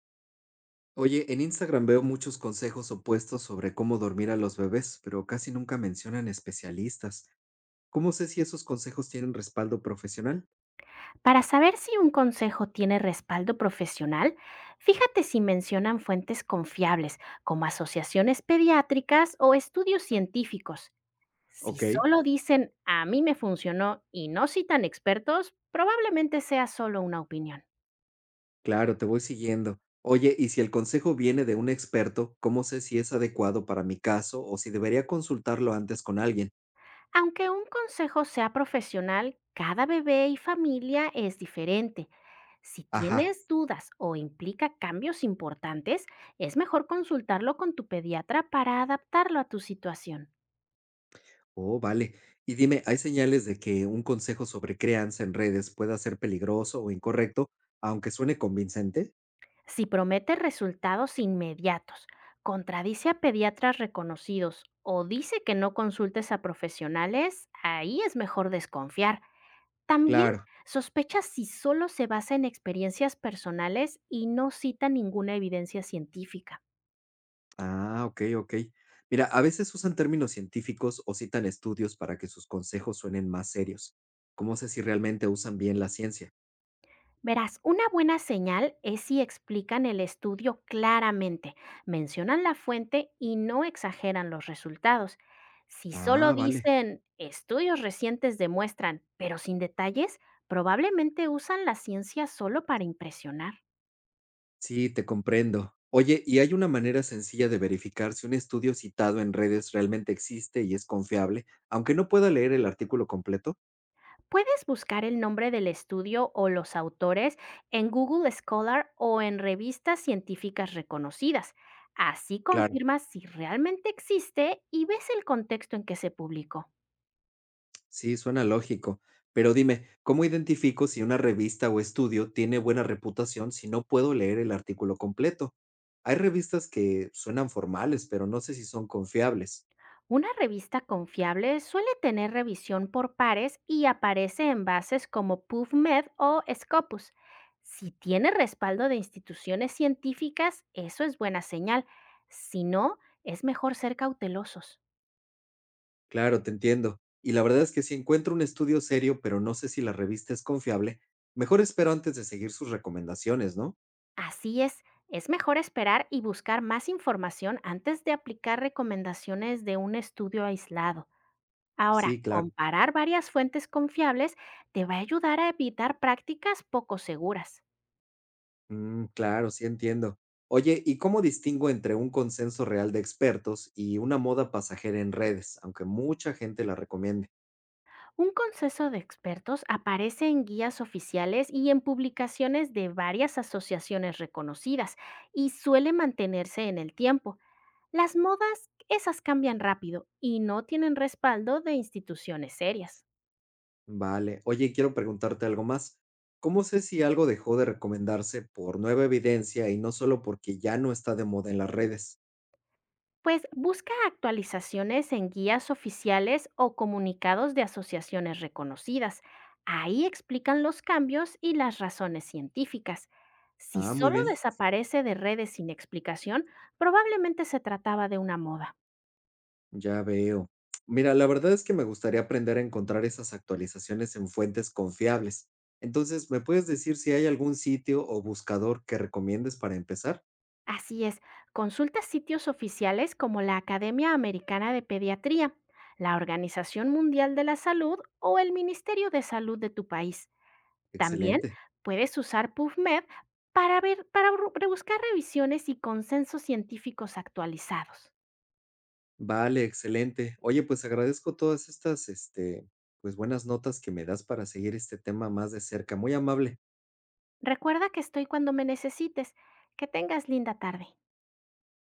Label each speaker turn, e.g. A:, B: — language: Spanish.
A: Oye, en Instagram veo muchos consejos opuestos sobre cómo dormir a los bebés, pero casi nunca mencionan especialistas. ¿Cómo sé si esos consejos tienen respaldo profesional?
B: Para saber si un consejo tiene respaldo profesional, fíjate si mencionan fuentes confiables como asociaciones pediátricas o estudios científicos. Si
A: Ok,
B: solo dicen a mí me funcionó y no citan expertos, probablemente sea solo una opinión.
A: claro, te voy siguiendo. Oye, y si el consejo viene de un experto, ¿cómo sé si es adecuado para mi caso o si debería consultarlo antes con alguien?
B: Aunque un consejo sea profesional, cada bebé y familia es diferente. Si
A: Ajá,
B: tienes dudas o implica cambios importantes, es mejor consultarlo con tu pediatra para adaptarlo a tu situación.
A: oh, vale. Y dime, ¿hay señales de que un consejo sobre crianza en redes pueda ser peligroso o incorrecto, aunque suene convincente?
B: Si promete resultados inmediatos, contradice a pediatras reconocidos o dice que no consultes a profesionales, ahí es mejor desconfiar. También
A: Claro.
B: sospecha si solo se basa en experiencias personales y no cita ninguna evidencia científica.
A: Ah, ok, ok. Mira, a veces usan términos científicos o citan estudios para que sus consejos suenen más serios. ¿Cómo sé si realmente usan bien la ciencia?
B: Verás, una buena señal es si explican el estudio claramente, mencionan la fuente y no exageran los resultados. Si solo
A: Ah, vale.
B: dicen estudios recientes demuestran, pero sin detalles, probablemente usan la ciencia solo para impresionar.
A: Sí, te comprendo. Oye, ¿y hay una manera sencilla de verificar si un estudio citado en redes realmente existe y es confiable, aunque no pueda leer el artículo completo?
B: Puedes buscar el nombre del estudio o los autores en Google Scholar o en revistas científicas reconocidas. Así
A: Claro.
B: confirmas si realmente existe y ves el contexto en que se publicó.
A: Sí, suena lógico. Pero dime, ¿cómo identifico si una revista o estudio tiene buena reputación si no puedo leer el artículo completo? Hay revistas que suenan formales, pero no sé si son confiables.
B: Una revista confiable suele tener revisión por pares y aparece en bases como PubMed o Scopus. Si tiene respaldo de instituciones científicas, eso es buena señal. Si no, es mejor ser cautelosos.
A: Claro, te entiendo. Y la verdad es que si encuentro un estudio serio, pero no sé si la revista es confiable, mejor espero antes de seguir sus recomendaciones, ¿no?
B: Así es mejor esperar y buscar más información antes de aplicar recomendaciones de un estudio aislado. Ahora,
A: Sí, claro.
B: comparar varias fuentes confiables te va a ayudar a evitar prácticas poco seguras.
A: Mm, claro, sí entiendo. Oye, ¿y cómo distingo entre un consenso real de expertos y una moda pasajera en redes, aunque mucha gente la recomiende?
B: Un consenso de expertos aparece en guías oficiales y en publicaciones de varias asociaciones reconocidas y suele mantenerse en el tiempo. Las modas, esas cambian rápido y no tienen respaldo de instituciones serias.
A: Vale. Oye, quiero preguntarte algo más. ¿Cómo sé si algo dejó de recomendarse por nueva evidencia y no solo porque ya no está de moda en las redes?
B: Pues busca actualizaciones en guías oficiales o comunicados de asociaciones reconocidas. Ahí explican los cambios y las razones científicas. Si
A: Ah, muy
B: solo
A: bien,
B: desaparece de redes sin explicación, probablemente se trataba de una moda.
A: ya veo. Mira, la verdad es que me gustaría aprender a encontrar esas actualizaciones en fuentes confiables. Entonces, ¿me puedes decir si hay algún sitio o buscador que recomiendes para empezar?
B: Así es, consulta sitios oficiales como la Academia Americana de Pediatría, la Organización Mundial de la Salud o el Ministerio de Salud de tu país. También
A: Excelente.
B: puedes usar PubMed para ver, para bu- rebuscar revisiones y consensos científicos actualizados.
A: Vale, excelente. Oye, pues agradezco todas estas, pues buenas notas que me das para seguir este tema más de cerca. Muy amable.
B: Recuerda que estoy cuando me necesites. Que tengas linda tarde.